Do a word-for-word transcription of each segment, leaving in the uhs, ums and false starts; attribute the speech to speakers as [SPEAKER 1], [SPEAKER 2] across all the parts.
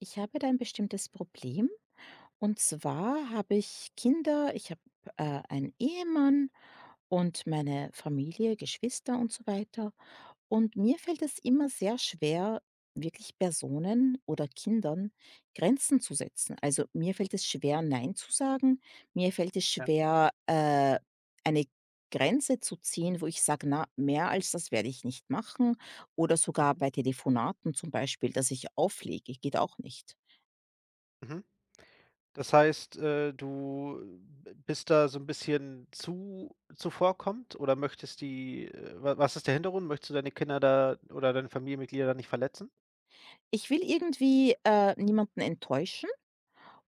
[SPEAKER 1] Ich habe da ein bestimmtes Problem. Und zwar habe ich Kinder, ich habe äh, einen Ehemann und meine Familie, Geschwister und so weiter. Und mir fällt es immer sehr schwer, wirklich Personen oder Kindern Grenzen zu setzen. Also mir fällt es schwer, Nein zu sagen. Mir fällt es
[SPEAKER 2] Ja.
[SPEAKER 1] schwer, äh, eine Grenze zu ziehen, wo ich sage, na, mehr als das werde ich nicht machen. Oder sogar
[SPEAKER 2] Mhm.
[SPEAKER 1] bei Telefonaten zum Beispiel, dass ich auflege, geht auch nicht.
[SPEAKER 2] Mhm. Das heißt, äh, du b bist da so ein bisschen zu zuvorkommend oder möchtest die, äh, wa was ist der Hintergrund? Möchtest du deine Kinder da oder deine Familienmitglieder da nicht verletzen?
[SPEAKER 1] Ich will irgendwie, äh, niemanden enttäuschen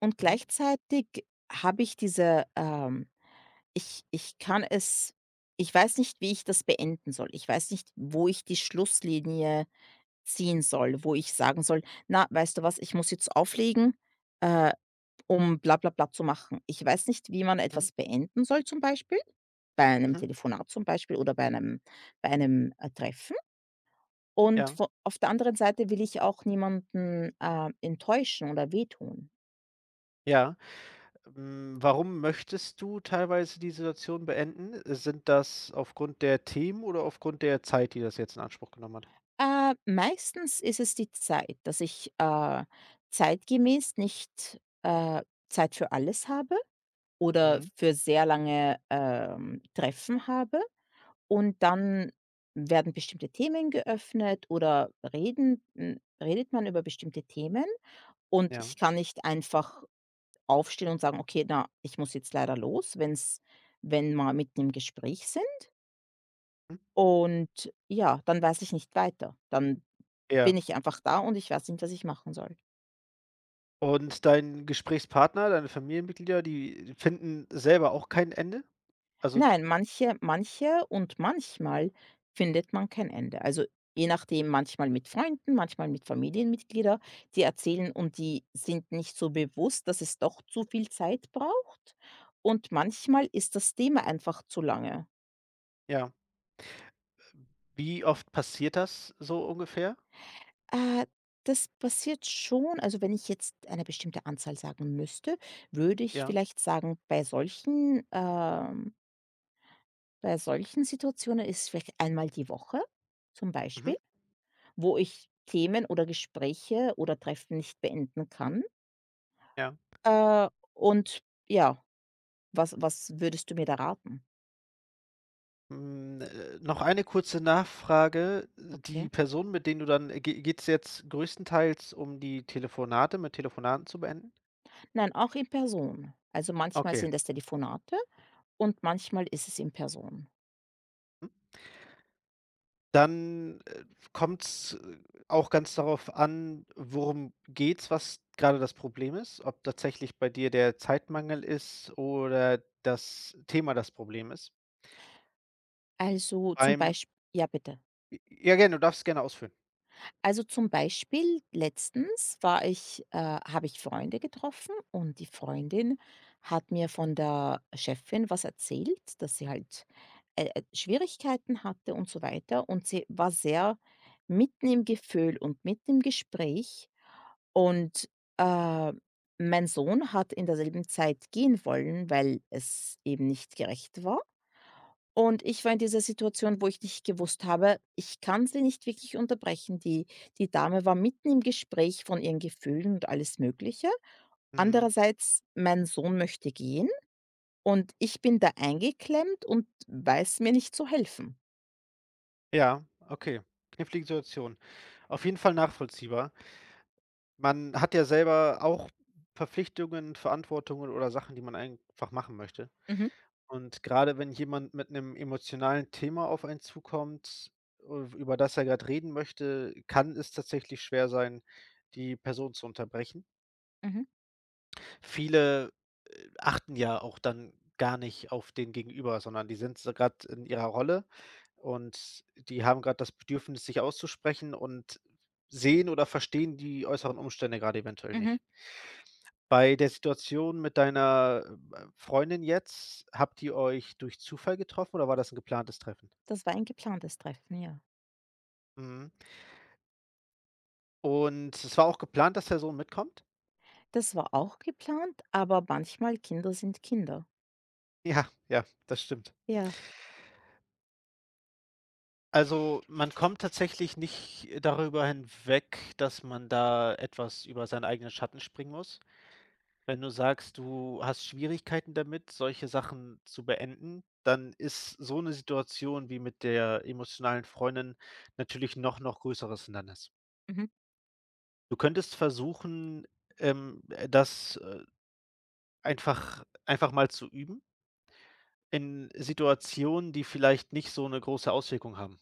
[SPEAKER 1] und
[SPEAKER 2] Mhm.
[SPEAKER 1] gleichzeitig habe ich diese, ähm ich ich kann es Ich weiß nicht, wie ich das beenden soll. Ich weiß nicht, wo ich die Schlusslinie ziehen soll, wo ich sagen soll: „Na, weißt du was, ich muss jetzt auflegen, äh, um bla bla bla zu machen.“ Ich weiß nicht, wie man
[SPEAKER 2] Mhm.
[SPEAKER 1] etwas beenden soll, zum Beispiel bei einem
[SPEAKER 2] Mhm.
[SPEAKER 1] Telefonat zum Beispiel, oder bei einem bei einem äh, Treffen. Und
[SPEAKER 2] Ja.
[SPEAKER 1] vo auf der anderen Seite will ich auch niemanden, äh, enttäuschen oder wehtun.
[SPEAKER 2] Ja. Hm, warum möchtest du teilweise die Situation beenden? Äh, Sind das aufgrund der Themen oder aufgrund der Zeit, die das jetzt in Anspruch genommen hat?
[SPEAKER 1] Äh, meistens ist es die Zeit, dass ich, äh, zeitgemäß nicht, äh, Zeit für alles habe oder
[SPEAKER 2] Mhm.
[SPEAKER 1] für sehr lange, ähm, Treffen habe. Und dann werden bestimmte Themen geöffnet, oder reden hm, redet man über bestimmte Themen, und
[SPEAKER 2] Ja.
[SPEAKER 1] ich kann nicht einfach aufstehen und sagen: „Okay, na, ich muss jetzt leider los“, wenn's wenn wir mitten im Gespräch sind.
[SPEAKER 2] Mhm.
[SPEAKER 1] Und ja, dann weiß ich nicht weiter. Dann bin
[SPEAKER 2] Ja.
[SPEAKER 1] ich einfach da und ich weiß nicht, was ich machen soll.
[SPEAKER 2] Und dein Gesprächspartner, deine Familienmitglieder, die finden selber auch kein Ende? Also,
[SPEAKER 1] Nein, manche manche und manchmal findet man kein Ende. Also je nachdem, manchmal mit Freunden, manchmal mit Familienmitglieder, die erzählen und die sind nicht so bewusst, dass es doch zu viel Zeit braucht. Und manchmal ist das Thema einfach zu lange.
[SPEAKER 2] ja, wie oft passiert das so ungefähr?
[SPEAKER 1] Äh, Das passiert schon. Also wenn ich jetzt eine bestimmte Anzahl sagen müsste, würde ich
[SPEAKER 2] Ja,
[SPEAKER 1] vielleicht sagen, bei solchen, ähm bei solchen Situationen ist es vielleicht einmal die Woche zum
[SPEAKER 2] mhm,
[SPEAKER 1] Beispiel, wo ich Themen oder Gespräche oder Treffen nicht beenden kann.
[SPEAKER 2] ja.
[SPEAKER 1] Äh, und ja, was was würdest du mir da raten?
[SPEAKER 2] Hm, äh, noch eine kurze Nachfrage.
[SPEAKER 1] Okay.
[SPEAKER 2] Die Personen, mit denen du dann geht es jetzt größtenteils um die Telefonate mit Telefonaten zu beenden?
[SPEAKER 1] Nein, auch in Person. Also manchmal
[SPEAKER 2] Okay.
[SPEAKER 1] sind es Telefonate und manchmal ist es in Person.
[SPEAKER 2] Mhm. Dann kommt es auch ganz darauf an, worum geht's, was gerade das Problem ist, ob tatsächlich bei dir der Zeitmangel ist oder das Thema das Problem ist.
[SPEAKER 1] Also zum
[SPEAKER 2] Beim
[SPEAKER 1] Beispiel, ja, bitte.
[SPEAKER 2] Ja, gerne, du darfst gerne ausführen.
[SPEAKER 1] Also zum Beispiel, letztens war ich äh, habe ich Freunde getroffen und die Freundin hat mir von der Chefin was erzählt, dass sie halt, äh, äh, Schwierigkeiten hatte und so weiter, und sie war sehr mitten im Gefühl und mitten im Gespräch und, äh, mein Sohn hat in derselben Zeit gehen wollen, weil es eben nicht gerecht war. Und ich war in dieser Situation, wo ich nicht gewusst habe, ich kann sie nicht wirklich unterbrechen. Die die Dame war mitten im Gespräch von ihren Gefühlen und alles Mögliche.
[SPEAKER 2] Mhm.
[SPEAKER 1] Andererseits, mein Sohn möchte gehen und ich bin da eingeklemmt und weiß mir nicht zu helfen.
[SPEAKER 2] Ja, okay. Knifflige Situation. Auf jeden Fall nachvollziehbar. Man hat ja selber auch Verpflichtungen, Verantwortungen oder Sachen, die man einfach machen möchte.
[SPEAKER 1] Mhm,
[SPEAKER 2] Und gerade wenn jemand mit einem emotionalen Thema auf einen zukommt, äh, über das er gerade reden möchte, kann es tatsächlich schwer sein, die Person zu unterbrechen.
[SPEAKER 1] mhm,
[SPEAKER 2] Viele, äh, achten ja auch dann gar nicht auf den Gegenüber, sondern die sind so grad in ihrer Rolle und die haben gerade das Bedürfnis, sich auszusprechen und sehen oder verstehen die äußeren Umstände gerade eventuell
[SPEAKER 1] mhm.
[SPEAKER 2] nicht. Bei der Situation mit deiner, ähm, äh, Freundin jetzt, habt ihr euch durch Zufall getroffen oder war das 'n geplantes Treffen?
[SPEAKER 1] Das war ein geplantes Treffen, ja.
[SPEAKER 2] Mhm. Und es war auch geplant, dass der Sohn mitkommt?
[SPEAKER 1] Das war auch geplant, aber manchmal Kinder sind Kinder.
[SPEAKER 2] Ja, ja, das stimmt.
[SPEAKER 1] Ja,
[SPEAKER 2] Also, man kommt tatsächlich nicht darüber hinweg, dass man da etwas über seinen eigenen Schatten springen muss. Wenn du sagst, du hast Schwierigkeiten damit, solche Sachen zu beenden, dann ist so 'ne Situation wie mit der emotionalen Freundin natürlich noch noch größeres Hindernis.
[SPEAKER 1] mhm,
[SPEAKER 2] Du könntest versuchen, ähm, äh, das äh, einfach einfach mal zu üben in Situationen, die vielleicht nicht so eine große Auswirkung haben.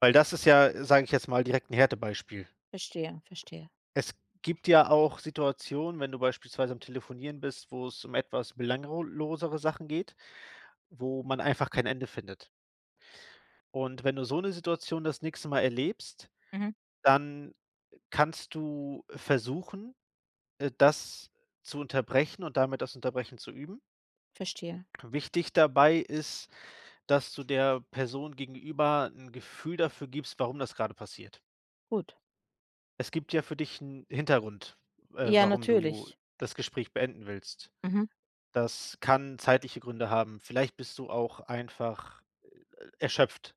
[SPEAKER 2] Weil das ist ja, sage ich jetzt mal, direkt ein Härtebeispiel.
[SPEAKER 1] verstehe, verstehe.
[SPEAKER 2] Es gibt ja auch Situationen, wenn du beispielsweise am Telefonieren bist, wo es um etwas belanglosere Sachen geht, wo man einfach kein Ende findet. Und wenn du so eine Situation das nächste Mal erlebst,
[SPEAKER 1] Mhm,
[SPEAKER 2] dann kannst du versuchen, äh, das zu unterbrechen und damit das Unterbrechen zu üben.
[SPEAKER 1] verstehe.
[SPEAKER 2] Wichtig dabei ist, dass du der Person gegenüber ein Gefühl dafür gibst, warum das gerade passiert.
[SPEAKER 1] Gut.
[SPEAKER 2] Es gibt ja für dich einen Hintergrund, äh,
[SPEAKER 1] Ja,
[SPEAKER 2] warum du
[SPEAKER 1] natürlich.
[SPEAKER 2] das Gespräch beenden willst.
[SPEAKER 1] Mhm,
[SPEAKER 2] Das kann zeitliche Gründe haben. Vielleicht bist du auch einfach erschöpft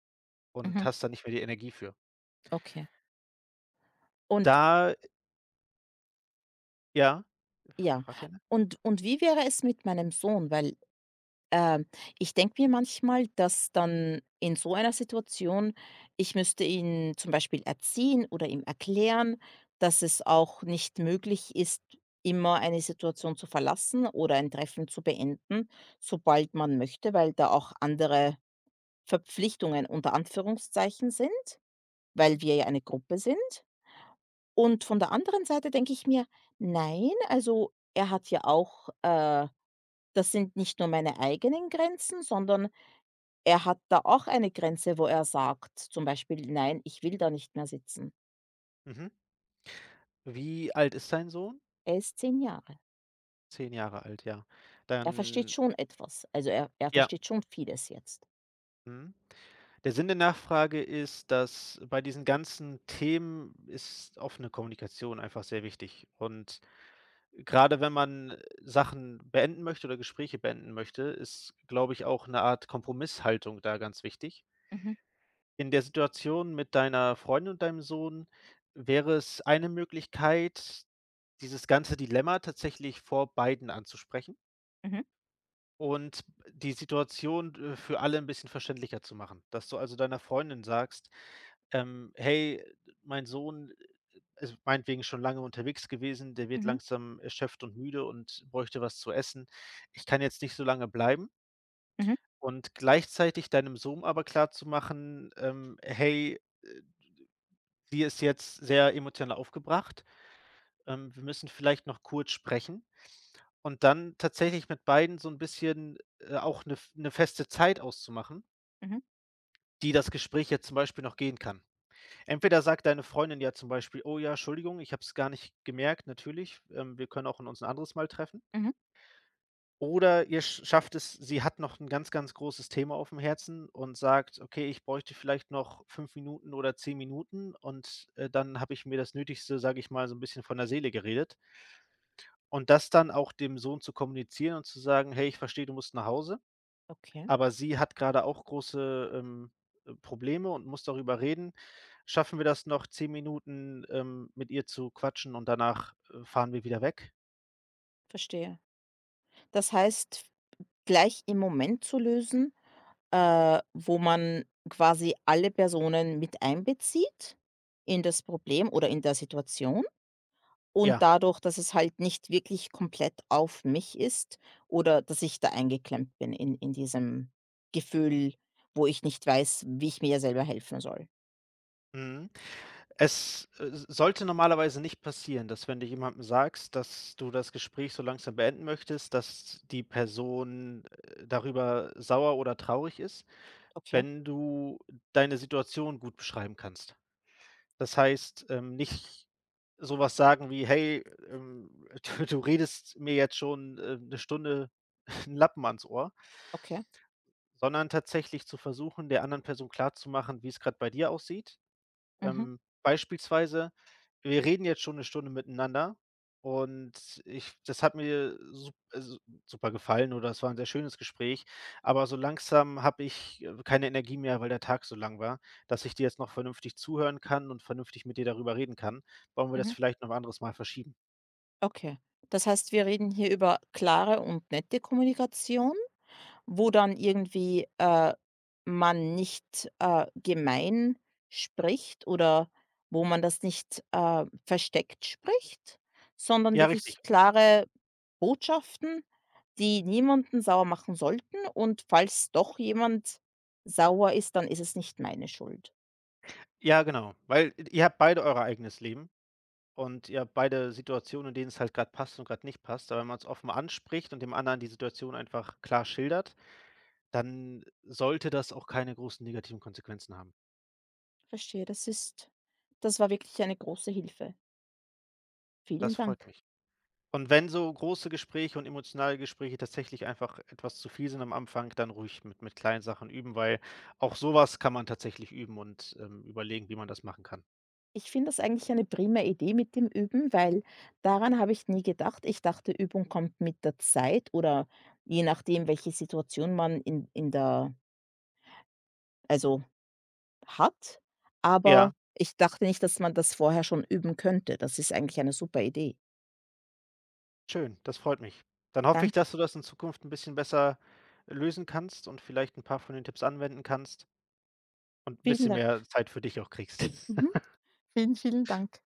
[SPEAKER 2] und
[SPEAKER 1] mhm,
[SPEAKER 2] hast da nicht mehr die Energie für.
[SPEAKER 1] okay. Und
[SPEAKER 2] Da ja? F
[SPEAKER 1] ja,
[SPEAKER 2] frag gerne.
[SPEAKER 1] und und wie wäre es mit meinem Sohn? Weil, ähm, ich denke mir manchmal, dass dann in so einer Situation ich müsste ihn zum Beispiel erziehen oder ihm erklären, dass es auch nicht möglich ist, immer eine Situation zu verlassen oder ein Treffen zu beenden, sobald man möchte, weil da auch andere Verpflichtungen unter Anführungszeichen sind,
[SPEAKER 2] Mhm,
[SPEAKER 1] weil wir ja eine Gruppe sind. Und von der anderen Seite denke ich mir: „Nein, also er hat ja auch, äh“ das sind nicht nur meine eigenen Grenzen, sondern er hat da auch eine Grenze, wo er sagt, zum Beispiel: „Nein, ich will da nicht mehr sitzen.“
[SPEAKER 2] mhm. Wie alt ist dein Sohn?
[SPEAKER 1] Er ist zehn Jahre.
[SPEAKER 2] Zehn Jahre alt, ja.
[SPEAKER 1] Er versteht
[SPEAKER 2] Dann
[SPEAKER 1] schon etwas. Also er er
[SPEAKER 2] ja,
[SPEAKER 1] versteht schon vieles jetzt.
[SPEAKER 2] mhm. Der Sinn der Nachfrage ist, dass bei diesen ganzen Themen ist offene Kommunikation einfach sehr wichtig. Und gerade wenn man Sachen beenden möchte oder Gespräche beenden möchte, ist, glaube ich, auch eine Art Kompromisshaltung da ganz wichtig.
[SPEAKER 1] Mhm,
[SPEAKER 2] In der Situation mit deiner Freundin und deinem Sohn wäre es eine Möglichkeit, dieses ganze Dilemma tatsächlich vor beiden anzusprechen.
[SPEAKER 1] mhm,
[SPEAKER 2] Und die Situation, äh, für alle ein bisschen verständlicher zu machen. Dass du also deiner Freundin sagst, ähm: „Hey, mein Sohn ist meinetwegen schon lange unterwegs gewesen, der wird
[SPEAKER 1] mhm,
[SPEAKER 2] langsam erschöpft und müde und bräuchte was zu essen. Ich kann jetzt nicht so lange bleiben.“
[SPEAKER 1] mhm,
[SPEAKER 2] Und gleichzeitig deinem Sohn aber klar klarzumachen, ähm: „Hey, äh, die ist jetzt sehr emotional aufgebracht. Ähm, wir müssen vielleicht noch kurz sprechen.“ Und dann tatsächlich mit beiden so 'n bisschen, äh, auch 'ne f 'ne feste Zeit auszumachen,
[SPEAKER 1] mhm,
[SPEAKER 2] die das Gespräch jetzt zum Beispiel noch gehen kann. Entweder sagt deine Freundin ja zum Beispiel: „Oh ja, Entschuldigung, ich habe es gar nicht gemerkt, natürlich, ähm, wir können auch uns 'n anderes Mal treffen.“
[SPEAKER 1] mhm.
[SPEAKER 2] Oder ihr sch schafft es, sie hat noch 'n ganz, ganz großes Thema aufm Herzen und sagt: „Okay, ich bräuchte vielleicht noch fünf Minuten oder zehn Minuten und, äh, dann habe ich mir das Nötigste, sage ich mal, so 'n bisschen von der Seele geredet.“ Und das dann auch dem Sohn zu kommunizieren und zu sagen: „Hey, ich verstehe, du musst nach Hause.
[SPEAKER 1] Okay,
[SPEAKER 2] Aber sie hat gerade auch große, ähm, äh, Probleme und muss darüber reden. Schaffen wir das noch zehn Minuten, ähm, mit ihr zu quatschen und danach, äh, fahren wir wieder weg?
[SPEAKER 1] verstehe. Das heißt, gleich im Moment zu lösen, äh, wo man quasi alle Personen mit einbezieht in das Problem oder in der Situation. Und
[SPEAKER 2] Ja,
[SPEAKER 1] dadurch, dass es halt nicht wirklich komplett auf mich ist, oder dass ich da eingeklemmt bin in in diesem Gefühl, wo ich nicht weiß, wie ich mir selber helfen soll.
[SPEAKER 2] mhm. Es, äh, s sollte normalerweise nicht passieren, dass wenn du jemandem sagst, dass du das Gespräch so langsam beenden möchtest, dass die Person, äh, darüber sauer oder traurig ist,
[SPEAKER 1] Okay,
[SPEAKER 2] wenn du deine Situation gut beschreiben kannst. Das heißt, ähm, nicht sowas sagen wie: „Hey, ähm, du redest mir jetzt schon, äh, 'ne Stunde einen Lappen ans Ohr“,
[SPEAKER 1] okay.
[SPEAKER 2] sondern tatsächlich zu versuchen, der anderen Person klarzumachen, wie es gerade bei dir aussieht,
[SPEAKER 1] Mhm,
[SPEAKER 2] ähm, beispielsweise, wir reden jetzt schon eine Stunde miteinander und ich das hat mir sup also super gefallen oder es war ein sehr schönes Gespräch, aber so langsam habe ich, äh, keine Energie mehr, weil der Tag so lang war, dass ich dir jetzt noch vernünftig zuhören kann und vernünftig mit dir darüber reden kann. Wollen wir das
[SPEAKER 1] mhm.
[SPEAKER 2] vielleicht noch 'n anderes Mal verschieben?
[SPEAKER 1] Okay. Das heißt, wir reden hier über klare und nette Kommunikation? Wo dann irgendwie, äh, man nicht, äh, gemein spricht, oder wo man das nicht, äh, versteckt spricht, sondern
[SPEAKER 2] Ja, richtig.
[SPEAKER 1] wirklich klare Botschaften, die niemanden sauer machen sollten, und falls doch jemand sauer ist, dann ist es nicht meine Schuld.
[SPEAKER 2] Ja, genau, weil ihr habt beide euer eigenes Leben und ihr habt beide Situationen, in denen es halt gerade passt und gerade nicht passt. Aber wenn man es offen anspricht und dem anderen die Situation einfach klar schildert, dann sollte das auch keine großen negativen Konsequenzen haben.
[SPEAKER 1] Verstehe, das ist das war wirklich eine große Hilfe. Vielen
[SPEAKER 2] Das freut
[SPEAKER 1] Dank.
[SPEAKER 2] mich. Und wenn so große Gespräche und emotionale Gespräche tatsächlich einfach etwas zu viel sind am Anfang, dann ruhig mit mit kleinen Sachen üben, weil auch sowas kann man tatsächlich üben und, ähm, überlegen, wie man das machen kann.
[SPEAKER 1] Ich finde das eigentlich eine prima Idee mit dem Üben, weil daran habe ich nie gedacht. Ich dachte, Übung kommt mit der Zeit oder je nachdem, welche Situation man in, in der, also hat. Aber
[SPEAKER 2] Ja,
[SPEAKER 1] ich dachte nicht, dass man das vorher schon üben könnte. Das ist eigentlich eine super Idee.
[SPEAKER 2] schön, das freut mich. Dann hoffe ich,
[SPEAKER 1] Danke.
[SPEAKER 2] dass du das in Zukunft ein bisschen besser lösen kannst und vielleicht ein paar von den Tipps anwenden kannst und 'n
[SPEAKER 1] Vielen
[SPEAKER 2] bisschen mehr
[SPEAKER 1] Dank.
[SPEAKER 2] Zeit für dich auch kriegst.
[SPEAKER 1] Mhm. Vielen, vielen Dank.